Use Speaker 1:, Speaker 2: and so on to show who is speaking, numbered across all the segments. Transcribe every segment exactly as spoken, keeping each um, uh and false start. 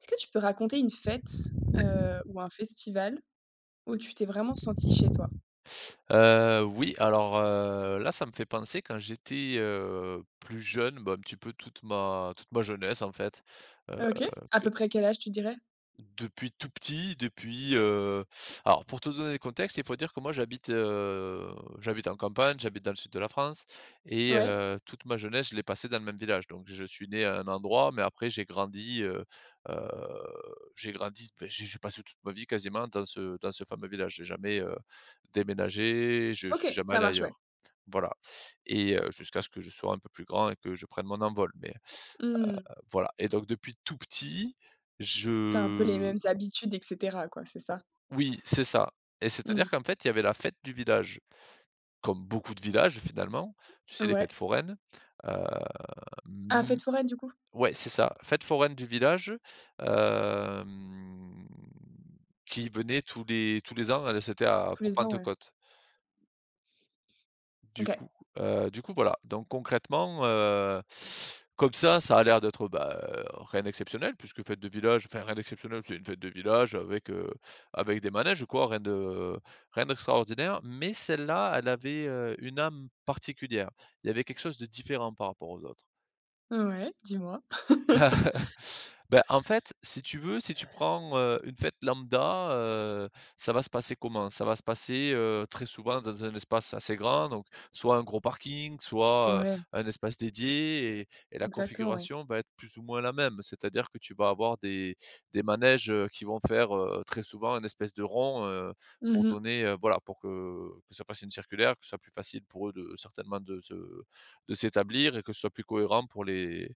Speaker 1: Est-ce que tu peux raconter une fête, heu, ou un festival où tu t'es vraiment senti chez toi?
Speaker 2: Heu, oui, alors, heu, là, ça me fait penser quand j'étais, heu, plus jeune, bah, un petit peu toute ma toute ma jeunesse, en fait, heu,
Speaker 1: OK. À
Speaker 2: que
Speaker 1: peu près quel âge tu dirais?
Speaker 2: depuis tout petit, depuis, heu alors pour te donner le contexte, il faut dire que moi j'habite, heu, j'habite en campagne, j'habite dans le sud de la France et
Speaker 1: Ouais.
Speaker 2: heu, toute ma jeunesse, je l'ai passée dans le même village. Donc je suis né à un endroit, mais après j'ai grandi, heu heu, j'ai grandi, beh, j'ai j'ai passé toute ma vie quasiment dans ce dans ce fameux village. J'ai jamais, heu, déménagé, je suis
Speaker 1: OK,
Speaker 2: jamais
Speaker 1: ça
Speaker 2: allé
Speaker 1: marche, ouais.
Speaker 2: ailleurs. Voilà et heu, jusqu'à ce que je sois un peu plus grand et que je prenne mon envol, mais
Speaker 1: Mmh.
Speaker 2: voilà. Et donc depuis tout petit,
Speaker 1: Tu un peu les
Speaker 2: je
Speaker 1: mêmes habitudes et cetera quoi, c'est ça?
Speaker 2: oui, c'est ça. Et c'est-à-dire
Speaker 1: Mmh.
Speaker 2: qu'en fait, il y avait la fête du village, comme beaucoup de villages finalement, tu sais les
Speaker 1: Ouais.
Speaker 2: fêtes foraines, heu,
Speaker 1: Ah,
Speaker 2: mmh,
Speaker 1: fête foraine du coup?
Speaker 2: ouais, c'est ça, fête foraine du village, hem, qui venait tous les tous les ans, elle, c'était à
Speaker 1: Tous
Speaker 2: pour
Speaker 1: les ans, ouais.
Speaker 2: Pentecôte. Du
Speaker 1: OK.
Speaker 2: coup, heu, du coup voilà, donc concrètement, heu, comme ça, ça a l'air d'être, bah, heu, rien d'exceptionnel puisque fête de village, enfin rien d'exceptionnel, c'est une fête de village avec, heu, avec des manèges quoi, rien de rien d'extraordinaire. Mais celle-là, elle avait, heu, une âme particulière. Il y avait quelque chose de différent par rapport aux autres.
Speaker 1: Ouais, dis-moi?
Speaker 2: Ben en fait, si tu veux, si tu prends, heu, une fête lambda, heu, ça va se passer comment? Ça va se passer, heu, très souvent dans un espace assez grand, donc soit un gros parking, soit, heu,
Speaker 1: Ouais,
Speaker 2: un espace dédié et et la
Speaker 1: exactement, ouais.
Speaker 2: configuration va être plus ou moins la même. C'est-à-dire que tu vas avoir des des manèges, heu, qui vont faire, heu, très souvent une espèce de rond, heu, pour
Speaker 1: Mmh.
Speaker 2: donner, heu, voilà, pour que que ça fasse une circulaire, que ce soit plus facile pour eux de certainement de se de s'établir et que ce soit plus cohérent pour les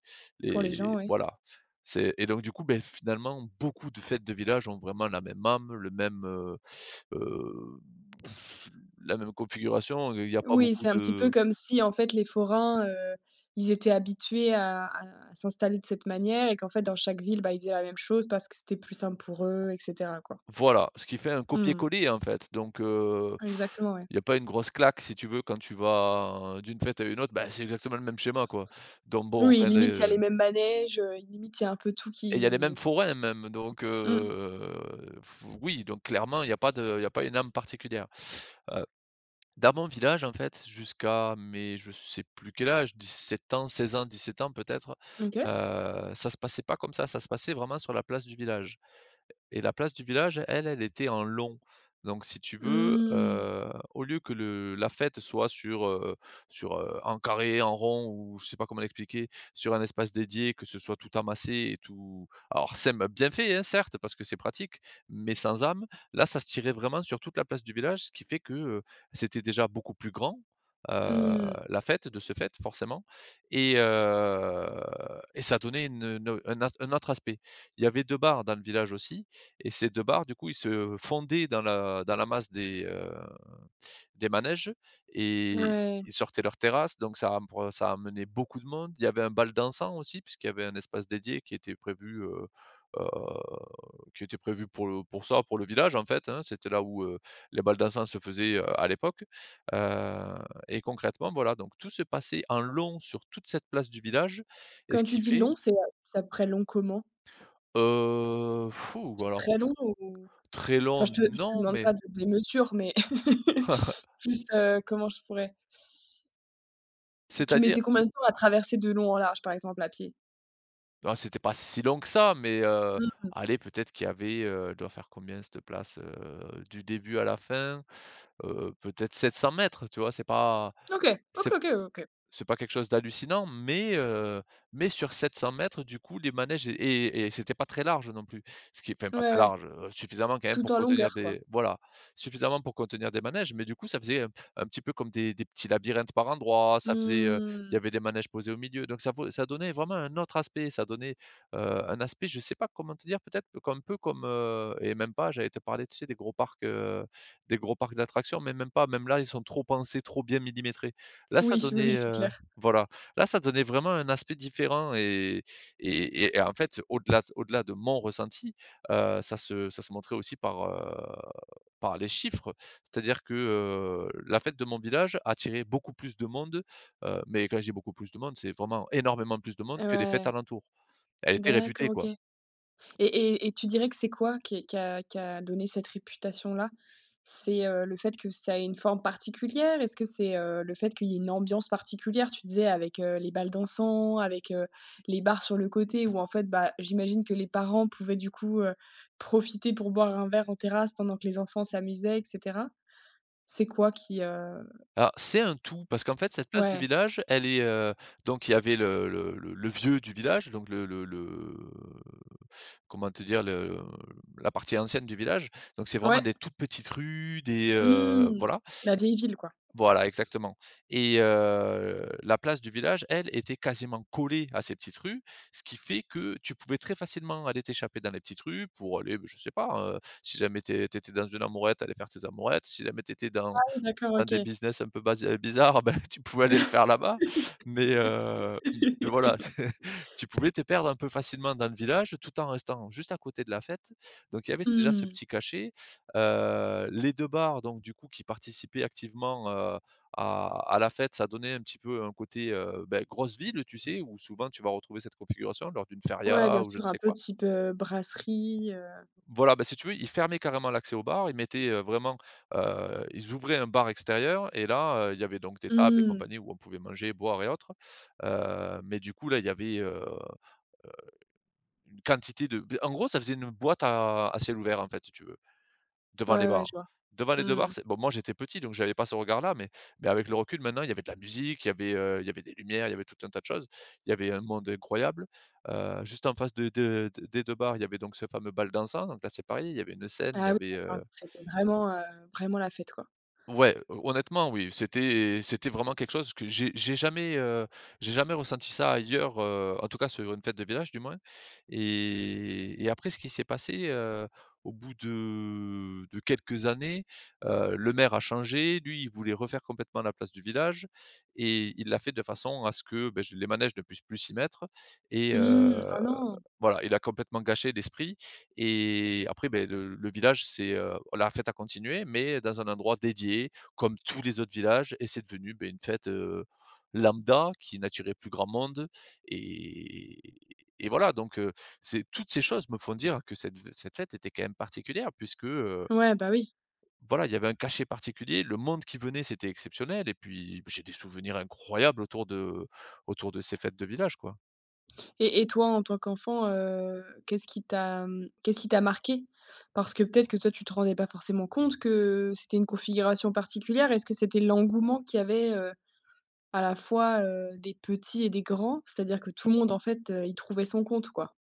Speaker 1: Pour les gens,
Speaker 2: et
Speaker 1: ouais.
Speaker 2: voilà. C'est. Et donc du coup, beh, finalement, beaucoup de fêtes de village ont vraiment la même âme, le même, heu heu, la même configuration, il n'y a pas
Speaker 1: Oui,
Speaker 2: beaucoup
Speaker 1: c'est un petit peu
Speaker 2: de
Speaker 1: comme si, en fait, les forains, heu, ils étaient habitués à à à s'installer de cette manière et qu'en fait, dans chaque ville, bah, ils faisaient la même chose parce que c'était plus simple pour eux et cetera, quoi.
Speaker 2: voilà, ce qui fait un
Speaker 1: Mmh.
Speaker 2: copier-coller, en fait, donc heu,
Speaker 1: Exactement, ouais.
Speaker 2: il n'y a pas une grosse claque, si tu veux, quand tu vas d'une fête à une autre, ben c'est exactement le même schéma, quoi, donc bon,
Speaker 1: Oui,
Speaker 2: rien
Speaker 1: limite, il y a les
Speaker 2: de
Speaker 1: mêmes manèges, heu, limite, il y a un peu tout
Speaker 2: et il y a les mêmes
Speaker 1: qui
Speaker 2: forains, même, donc
Speaker 1: mmh.
Speaker 2: heu, oui, donc clairement, il n'y a pas de il y a pas une âme particulière. Dans mon village, en fait, jusqu'à mes je sais plus quel âge, dix sept ans, seize ans, dix sept ans peut-être,
Speaker 1: OK.
Speaker 2: heu, ça se passait pas comme ça, ça se passait vraiment sur la place du village. Et la place du village, elle, elle était en long. Donc si tu veux,
Speaker 1: Mmh.
Speaker 2: heu, au lieu que le la fête soit sur, heu, sur, heu, en carré, en rond ou je sais pas comment l'expliquer, sur un espace dédié, que ce soit tout amassé et tout alors c'est bien fait, hein, certes, parce que c'est pratique, mais sans âme. Là, ça se tirait vraiment sur toute la place du village, ce qui fait que, heu, c'était déjà beaucoup plus grand, heu,
Speaker 1: Mmh.
Speaker 2: la fête, de ce fait, forcément. Et heu et ça donnait une, heu, un autre un autre aspect. Il y avait deux bars dans le village aussi et ces deux bars, du coup, ils se fondaient dans la dans la masse des, heu, des manèges et
Speaker 1: Ouais.
Speaker 2: ils sortaient leur terrasse, donc ça empre ça emmenait beaucoup de monde. Il y avait un bal dansant aussi, puisqu'il y avait un espace dédié qui était prévu, heu heu, qui était prévu pour le pour ça, pour le village, en fait, hein. C'était là où, heu, les bals dansants se faisaient, heu, à l'époque, heu et concrètement, voilà, donc tout se passait en long sur toute cette place du village et
Speaker 1: Quand
Speaker 2: ce
Speaker 1: tu
Speaker 2: qui
Speaker 1: dis
Speaker 2: fait,
Speaker 1: long, c'est, heu, c'est à long comment?
Speaker 2: euh, fou,
Speaker 1: C'est
Speaker 2: alors
Speaker 1: très long ou
Speaker 2: très
Speaker 1: enfin,
Speaker 2: long,
Speaker 1: je te je te
Speaker 2: non,
Speaker 1: demande
Speaker 2: mais
Speaker 1: pas de des mesures, mais juste heu, comment je pourrais. Tu
Speaker 2: c'est-à-dire
Speaker 1: mettais combien de temps à traverser de long en large, par exemple, à pied?
Speaker 2: non, c'était pas si long que ça, mais, heu,
Speaker 1: Mmh.
Speaker 2: allez, peut-être qu'il y avait, heu, elle doit faire combien cette place? Heu, du début à la fin, heu, peut-être sept cents mètres, tu vois? C'est pas
Speaker 1: OK, OK,
Speaker 2: c'est
Speaker 1: OK, OK.
Speaker 2: c'est pas quelque chose d'hallucinant, mais heu, mais sur sept cents mètres du coup, les manèges et et et c'était pas très large non plus. Ce qui est enfin
Speaker 1: Ouais,
Speaker 2: pas très
Speaker 1: ouais,
Speaker 2: large, heu, suffisamment quand même
Speaker 1: tout
Speaker 2: pour
Speaker 1: en
Speaker 2: contenir
Speaker 1: longueur, quoi.
Speaker 2: des voilà, suffisamment pour contenir des manèges, mais du coup, ça faisait un un petit peu comme des des petits labyrinthes par endroits, ça faisait, heu, il y
Speaker 1: Mmh.
Speaker 2: avait des manèges posés au milieu, donc ça vaut ça donnait vraiment un autre aspect, ça donnait, heu, un aspect, je sais pas comment te dire, peut-être un peu comme, heu et même pas, j'avais te parlé tu sais, des gros parcs, heu, des gros parcs d'attractions, mais même pas, même là, ils sont trop pensés, trop bien millimétrés. Là, ça
Speaker 1: Oui, oui, oui,
Speaker 2: donnait,
Speaker 1: c'est
Speaker 2: heu
Speaker 1: clair.
Speaker 2: voilà. Là, ça donnait vraiment un aspect différent et et et et en fait, au-delà au-delà de mon ressenti, heu, ça se ça se montrait aussi par, heu, par les chiffres. C'est-à-dire que, heu, la fête de mon village attirait beaucoup plus de monde, heu, mais quand je dis beaucoup plus de monde, c'est vraiment énormément plus de monde que les fêtes
Speaker 1: Ouais.
Speaker 2: alentours. Elle était réputée,
Speaker 1: D'accord, OK.
Speaker 2: quoi.
Speaker 1: Et et et tu dirais que c'est quoi qui qui a qui a donné cette réputation-là? C'est, heu, le fait que ça ait une forme particulière? Est-ce que c'est, heu, le fait qu'il y ait une ambiance particulière? Tu disais avec, heu, les balles dansant, avec, heu, les bars sur le côté où en fait, bah, j'imagine que les parents pouvaient du coup, heu, profiter pour boire un verre en terrasse pendant que les enfants s'amusaient et cetera? C'est quoi qui, heu
Speaker 2: Alors, c'est un tout, parce qu'en fait, cette place du
Speaker 1: ouais,
Speaker 2: village, elle est, heu, donc il y avait le le le le vieux du village, donc le le le comment te dire? Le la partie ancienne du village, donc c'est vraiment
Speaker 1: ouais,
Speaker 2: des toutes petites rues, des, heu,
Speaker 1: mmh,
Speaker 2: voilà.
Speaker 1: la vieille ville quoi.
Speaker 2: Voilà, exactement et heu, la place du village, elle, était quasiment collée à ces petites rues, ce qui fait que tu pouvais très facilement aller t'échapper dans les petites rues pour aller, je sais pas, heu, si jamais tu tu étais dans une amourette, aller faire tes amourettes, si jamais tu étais
Speaker 1: Ah
Speaker 2: dans
Speaker 1: oui d'accord,
Speaker 2: dans
Speaker 1: OK.
Speaker 2: des business un peu basi euh, bizarres, ben tu pouvais aller le faire là-bas, mais heu, mais mais voilà, tu pouvais te perdre un peu facilement dans le village, tout en restant juste à côté de la fête. Donc il y avait déjà ce
Speaker 1: Mmh,
Speaker 2: petit cachet. Heu, les deux bars, donc du coup, qui participaient activement, heu, à à la fête, ça donnait un petit peu un côté, heu, beh, grosse ville, tu sais? Où souvent tu vas retrouver cette configuration lors d'une
Speaker 1: ouais bien
Speaker 2: feria ou je
Speaker 1: sûr
Speaker 2: ne
Speaker 1: un
Speaker 2: sais
Speaker 1: peu
Speaker 2: quoi.
Speaker 1: type, heu, brasserie.
Speaker 2: Voilà, ben si tu veux, ils fermaient carrément l'accès au bar. Ils mettaient, heu, vraiment, heu, ils ouvraient un bar extérieur et là, heu, il y avait donc des tables et
Speaker 1: Mmh.
Speaker 2: compagnie où on pouvait manger, boire et autres. Heu, mais du coup, là, il y avait, heu, une quantité de en gros, ça faisait une boîte à à ciel ouvert, en fait, si tu veux. Devant les
Speaker 1: Ouais, ouais, je
Speaker 2: bars.
Speaker 1: vois.
Speaker 2: Devant les deux
Speaker 1: Mmh.
Speaker 2: bars, c'est bon, moi, j'étais petit, donc j'avais pas ce regard-là, mais mais avec le recul, maintenant, il y avait de la musique, il y avait, heu, il y avait des lumières, il y avait tout un tas de choses. Il y avait un monde incroyable. Heu, juste en face de de de- des deux bars, il y avait donc ce fameux bal dansant, donc là, c'est pareil, il y avait une scène, il y
Speaker 1: Ah oui,
Speaker 2: avait,
Speaker 1: d'accord,
Speaker 2: heu
Speaker 1: donc c'était vraiment, heu, vraiment la fête, quoi.
Speaker 2: Ouais, heu, honnêtement oui, c'était c'était vraiment quelque chose que j'ai j'ai jamais, heu, j'ai jamais ressenti ça ailleurs, heu, en tout cas sur une fête de village du moins. et et après ce qui s'est passé, heu, au bout de de quelques années, heu, le maire a changé. Lui, il voulait refaire complètement la place du village et il l'a fait de façon à ce que, beh, je les manèges ne puissent plus s'y mettre et
Speaker 1: Mmh.
Speaker 2: heu
Speaker 1: Oh non!
Speaker 2: voilà, il a complètement gâché l'esprit et après, ben le le village, c'est, heu, la fête a continué, mais dans un endroit dédié, comme tous les autres villages et c'est devenu, ben une fête, heu, lambda qui n'attirait plus grand monde et et voilà. Donc heu, c'est toutes ces choses me font dire que cette cette fête était quand même particulière puisque, heu,
Speaker 1: Ouais, bah, oui
Speaker 2: voilà, il y avait un cachet particulier, le monde qui venait, c'était exceptionnel et puis j'ai des souvenirs incroyables autour de autour de ces fêtes de village, quoi.
Speaker 1: et et toi, en tant qu'enfant, heu, qu'est-ce qui t'a, mmh, qu'est-ce qui t'a marqué? Parce que peut-être que toi, tu te rendais pas forcément compte que c'était une configuration particulière. Est-ce que c'était l'engouement qu'il y avait, heu À la fois, heu, des petits et des grands, c'est-à-dire que tout le monde en fait, heu, y trouvait son compte, quoi.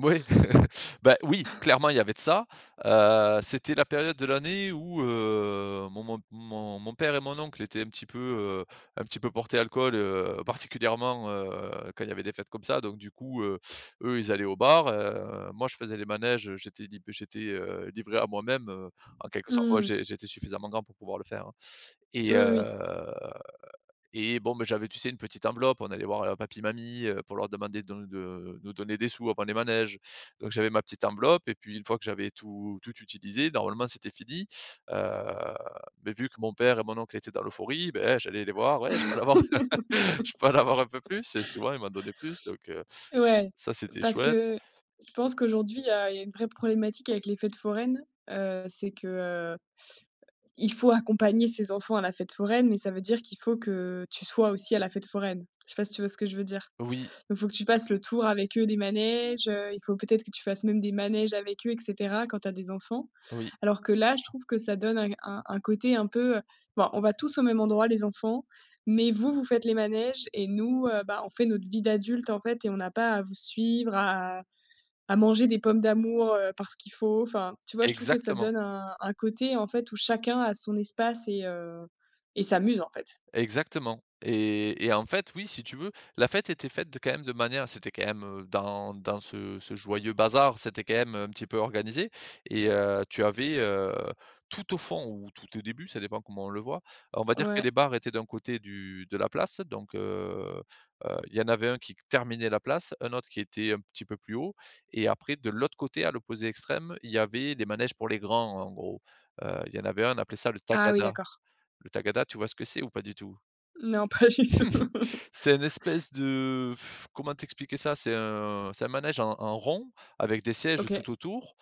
Speaker 2: Oui, bah, oui, clairement, il y avait de ça. Heu, c'était la période de l'année où, heu, mon mon mon mon père et mon oncle étaient un petit peu, heu, un petit peu portés alcool, heu, particulièrement, heu, quand il y avait des fêtes comme ça. Donc du coup, heu, eux, ils allaient au bar, heu, moi, je faisais les manèges, j'étais lib j'étais, heu, livré à moi-même, heu, en quelque sorte. Ouais,
Speaker 1: Mmh.
Speaker 2: j'ai j'étais suffisamment grand pour pouvoir le faire, hein.
Speaker 1: Oui,
Speaker 2: et heu
Speaker 1: oui,
Speaker 2: et bon, mais j'avais, tu sais, une petite enveloppe, on allait voir, heu, papi, mamie, heu, pour leur demander de de nous donner des sous avant les manèges. Donc j'avais ma petite enveloppe et puis une fois que j'avais tout tout utilisé, normalement c'était fini, heu, mais vu que mon père et mon oncle étaient dans l'euphorie, ben j'allais les voir: «Ouais, je peux en avoir je peux en avoir un peu plus?» Et souvent ils m'en donnaient plus donc heu,
Speaker 1: oui. Ouais,
Speaker 2: ça c'était
Speaker 1: parce
Speaker 2: chouette.
Speaker 1: que je pense qu'aujourd'hui, il y a il y a une vraie problématique avec les fêtes foraines, heu, c'est que, heu, il faut accompagner ses enfants à la fête foraine, mais ça veut dire qu'il faut que tu sois aussi à la fête foraine. Je sais pas si tu vois ce que je veux dire?
Speaker 2: Oui,
Speaker 1: Donc, il faut que tu fasses le tour avec eux des manèges, heu, il faut peut-être que tu fasses même des manèges avec eux et cetera, quand tu as des enfants.
Speaker 2: oui,
Speaker 1: Alors que là, je trouve que ça donne un un un côté un peu, heu, bon, on va tous au même endroit les enfants, mais vous, vous faites les manèges et nous, heu, bah, on fait notre vie d'adulte, en fait et on n'a pas à vous suivre, à à manger des pommes d'amour, heu, parce qu'il faut. Enfin, tu vois, je trouve que ça
Speaker 2: exactement.
Speaker 1: donne un un côté, en fait, où chacun a son espace et heu et s'amuse, en fait.
Speaker 2: Exactement, et et en fait, oui, si tu veux, la fête était faite de quand même de manière c'était quand même, heu, dans dans ce ce joyeux bazar, c'était quand même un petit peu organisé et heu, tu avais, heu, tout au fond ou tout au début, ça dépend comment on le voit, on va dire que
Speaker 1: Ouais.
Speaker 2: les bars étaient d'un côté du de la place donc heu heu, il y en avait un qui terminait la place, un autre qui était un petit peu plus haut et après de l'autre côté, à l'opposé extrême, il y avait les manèges pour les grands, en gros. Heu, il y en avait un, on appelait ça le
Speaker 1: Ah oui,
Speaker 2: tagada.
Speaker 1: d'accord.
Speaker 2: Le tagada, tu vois ce que c'est ou pas du tout?
Speaker 1: Non, pas du tout.
Speaker 2: C'est une espèce de pff, comment t'expliquer ça? C'est un c'est un manège en en rond avec des sièges
Speaker 1: OK,
Speaker 2: tout autour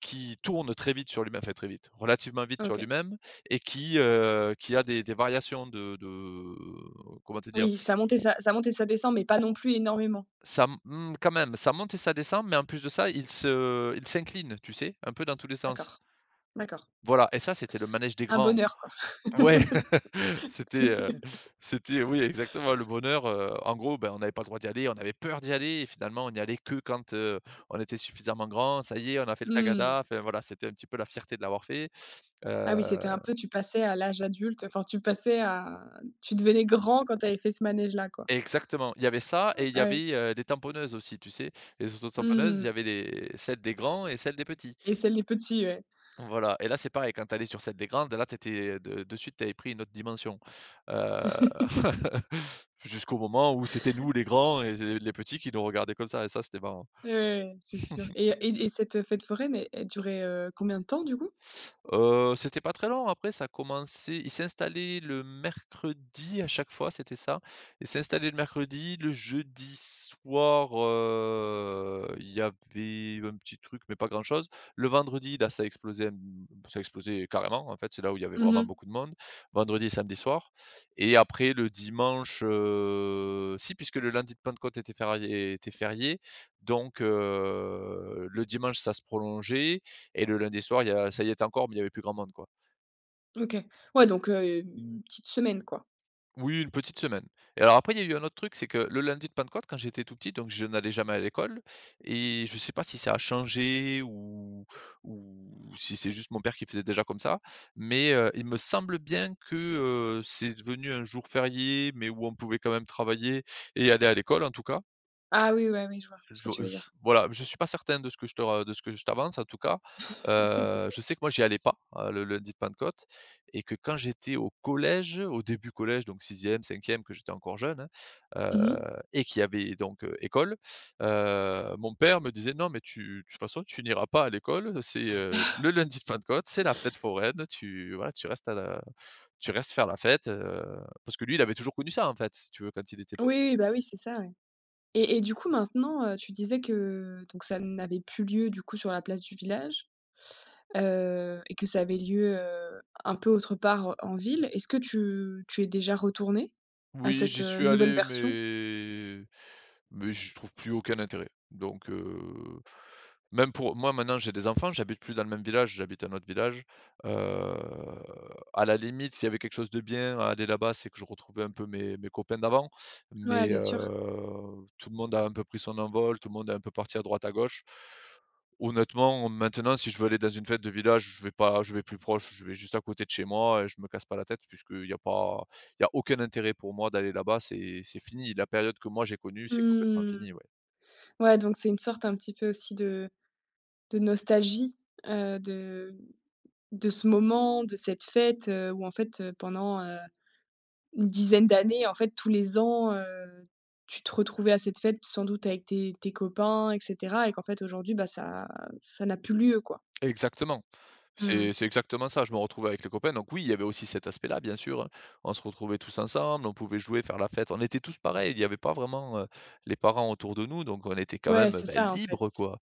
Speaker 2: qui tourne très vite sur lui-même, enfin très vite, relativement vite sur
Speaker 1: OK.
Speaker 2: lui-même et qui, heu, qui a des des variations de de comment te dire?
Speaker 1: Oui, ça monte et ça ça monte et ça descend, mais pas non plus énormément.
Speaker 2: Ça m mmh, quand même, ça monte et ça descend, mais en plus de ça, il se il s'incline, tu sais? Un peu dans tous les sens.
Speaker 1: D'accord, d'accord.
Speaker 2: Voilà et ça, c'était le manège des
Speaker 1: Un
Speaker 2: grands.
Speaker 1: bonheur, quoi.
Speaker 2: Ouais. C'était, heu, c'était oui exactement le bonheur, heu, en gros, ben, on n'avait pas le droit d'y aller, on avait peur d'y aller et finalement on n'y allait que quand, heu, on était suffisamment grand. Ça y est, on a fait le
Speaker 1: Mmh.
Speaker 2: tagada, enfin voilà, c'était un petit peu la fierté de l'avoir fait.
Speaker 1: Ah oui,
Speaker 2: Heu,
Speaker 1: c'était un peu tu passais à l'âge adulte, enfin tu passais à tu devenais grand quand tu avais fait ce manège-là, quoi.
Speaker 2: exactement, il y avait ça
Speaker 1: Ah
Speaker 2: et il y
Speaker 1: ouais.
Speaker 2: avait, heu, les tamponneuses aussi, tu sais? Les auto-tamponneuses, il y
Speaker 1: Mmh
Speaker 2: avait les celles des grands et celles des petits.
Speaker 1: et celle des petits, ouais.
Speaker 2: Voilà et là, c'est pareil, quand tu allais sur celle des grandes, là, t'étais de de suite, t'avais pris une autre dimension, heu, jusqu'au moment où c'était nous les grands et les les petits qui nous regardaient comme ça et ça, c'était marrant.
Speaker 1: Ouais, ouais, ouais, c'est sûr et et et cette fête foraine, elle elle durait, heu, combien de temps, du coup?
Speaker 2: Heu, c'était pas très long après ça commençait. Il s'installait le mercredi à chaque fois, c'était ça. Il s'installait le mercredi, le jeudi soir, heu, il y avait un petit truc, mais pas grand-chose. Le vendredi, là, ça explosait, mmh, ça explosait carrément, en fait, c'est là où il y avait vraiment
Speaker 1: Mmh.
Speaker 2: beaucoup de monde. Vendredi et samedi soir et après le dimanche, heu, si puisque le lundi de Pentecôte était férié était férié, donc heu, le dimanche ça se prolongeait et le lundi soir, il y a ça y était encore, mais il y avait plus grand monde, quoi.
Speaker 1: OK. Ouais, donc heu, une petite semaine, quoi.
Speaker 2: Oui, une petite semaine et alors après, il y a eu un autre truc, c'est que le lundi de Pentecôte, quand j'étais tout petit, donc je n'allais jamais à l'école et je sais pas si ça a changé ou ou si c'est juste mon père qui faisait déjà comme ça, mais heu, il me semble bien que, heu, c'est devenu un jour férié, mais où on pouvait quand même travailler et aller à l'école, en tout cas.
Speaker 1: Ah oui, ouais, oui, je vois ce que
Speaker 2: Je
Speaker 1: tu veux
Speaker 2: je
Speaker 1: dire.
Speaker 2: voilà, je suis pas certain de ce que je te re de ce que je t'avance en tout cas. Heu, je sais que moi j'y allais pas, heu, le lundi de Pentecôte et que quand j'étais au collège, au début collège, donc sixième cinquième que j'étais encore jeune, hein,
Speaker 1: Mmh.
Speaker 2: heu et qu'il y avait donc, heu, école, heu, mon père me disait: «Non mais tu de toute façon tu n'iras pas à l'école, c'est, heu, le lundi de Pentecôte, c'est la fête foraine, tu voilà, tu restes à la tu restes faire la fête», heu, parce que lui, il avait toujours connu ça en fait, si tu veux, quand il était
Speaker 1: Oui,
Speaker 2: petit.
Speaker 1: oui, bah oui, c'est ça, ouais. Et et du coup maintenant, heu, tu disais que donc ça n'avait plus lieu du coup sur la place du village, heu, et que ça avait lieu, heu, un peu autre part en ville. Est-ce que tu tu es déjà retourné à
Speaker 2: Oui,
Speaker 1: cette,
Speaker 2: j'y
Speaker 1: heu,
Speaker 2: suis
Speaker 1: nouvelle
Speaker 2: allé,
Speaker 1: version?
Speaker 2: mais mais je trouve plus aucun intérêt. Donc, heu, même pour moi maintenant j'ai des enfants, j'habite plus dans le même village, j'habite un autre village. Heu, à la limite, s'il y avait quelque chose de bien à aller là-bas, c'est que je retrouvais un peu mes mes copains d'avant,
Speaker 1: Ouais,
Speaker 2: mais
Speaker 1: bien sûr.
Speaker 2: heu, tout le monde a un peu pris son envol, tout le monde est un peu parti à droite à gauche. Honnêtement, maintenant, si je veux aller dans une fête de village, je vais pas je vais plus proche, je vais juste à côté de chez moi et je me casse pas la tête puisqu'il y a pas il y a aucun intérêt pour moi d'aller là-bas, c'est c'est fini. La période que moi j'ai connue, c'est complètement
Speaker 1: Mmh.
Speaker 2: fini, ouais.
Speaker 1: Ouais, donc c'est une sorte un petit peu aussi de de nostalgie, heu, de de ce moment, de cette fête, heu, où en fait, heu, pendant, une dizaine d'années, en fait, tous les ans, heu, tu te retrouvais à cette fête sans doute avec tes tes copains et cetera et qu'en fait aujourd'hui, bah, ça ça n'a plus lieu, quoi.
Speaker 2: Exactement,
Speaker 1: Mmh.
Speaker 2: c'est c'est exactement ça. Je me retrouvais avec les copains, donc oui, il y avait aussi cet aspect-là, bien sûr, hein. On se retrouvait tous ensemble, on pouvait jouer, faire la fête. On était tous pareils, il n'y avait pas vraiment, heu, les parents autour de nous, donc on était quand
Speaker 1: Ouais,
Speaker 2: même,
Speaker 1: c'est
Speaker 2: bah,
Speaker 1: ça, en fait.
Speaker 2: libres, quoi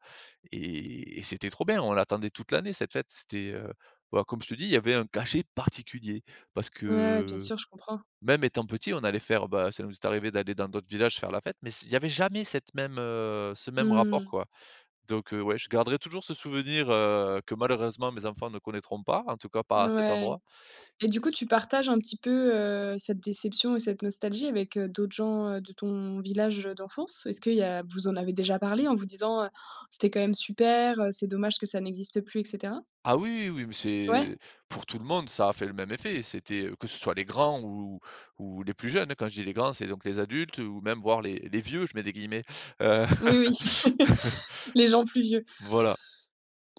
Speaker 2: et et c'était trop bien. On l'attendait toute l'année cette fête. C'était, heu, bah, comme je te dis, il y avait un cachet particulier parce
Speaker 1: Ouais, ouais, bien
Speaker 2: que.
Speaker 1: sûr, je comprends.
Speaker 2: Même étant petit, on allait faire bah, ça nous est arrivé d'aller dans d'autres villages faire la fête, mais s il n'y avait jamais cette même, heu, ce même rapport,
Speaker 1: Mmh.
Speaker 2: quoi. Donc, heu, ouais, je garderai toujours ce souvenir, heu, que malheureusement mes enfants ne connaîtront pas, en tout cas pas à cet
Speaker 1: Ouais
Speaker 2: endroit.
Speaker 1: et du coup, tu partages un petit peu, heu, cette déception et cette nostalgie avec, heu, d'autres gens, heu, de ton village, d'enfance? Est-ce qu'il y a vous en avez déjà parlé en vous disant, heu: «C'était quand même super, heu, c'est dommage que ça n'existe plus» et cetera?
Speaker 2: Ah oui, oui, oui, mais
Speaker 1: Ouais?
Speaker 2: c'est pour tout le monde, ça a fait le même effet. C'était, heu, que ce soit les grands ou ou les plus jeunes. Quand je dis les grands, c'est donc les adultes ou même voir les «les vieux», je mets des guillemets, heu,
Speaker 1: Oui, oui, les gens plus vieux.
Speaker 2: voilà.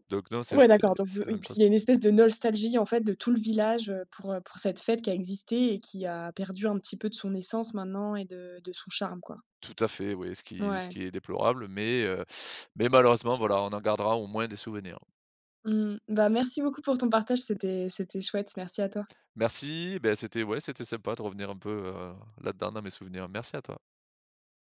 Speaker 2: Donc non, c'est
Speaker 1: Ouais,
Speaker 2: c'est
Speaker 1: d'accord, donc vous
Speaker 2: c'est la
Speaker 1: il
Speaker 2: même chose.
Speaker 1: y a une espèce de nostalgie, en fait, de tout le village, heu, pour, heu, pour cette fête qui a existé et qui a perdu un petit peu de son essence maintenant et de de son charme, quoi.
Speaker 2: Tout à fait, oui, ce qui ce
Speaker 1: Ouais.
Speaker 2: qui est déplorable, mais heu, mais malheureusement, voilà, on en gardera au moins des souvenirs.
Speaker 1: Mmh. Bah, merci beaucoup pour ton partage, c'était c'était chouette. Merci à toi.
Speaker 2: Merci, Ben, c'était ouais, c'était sympa de revenir un peu, heu, là-dedans dans mes souvenirs. Merci à toi.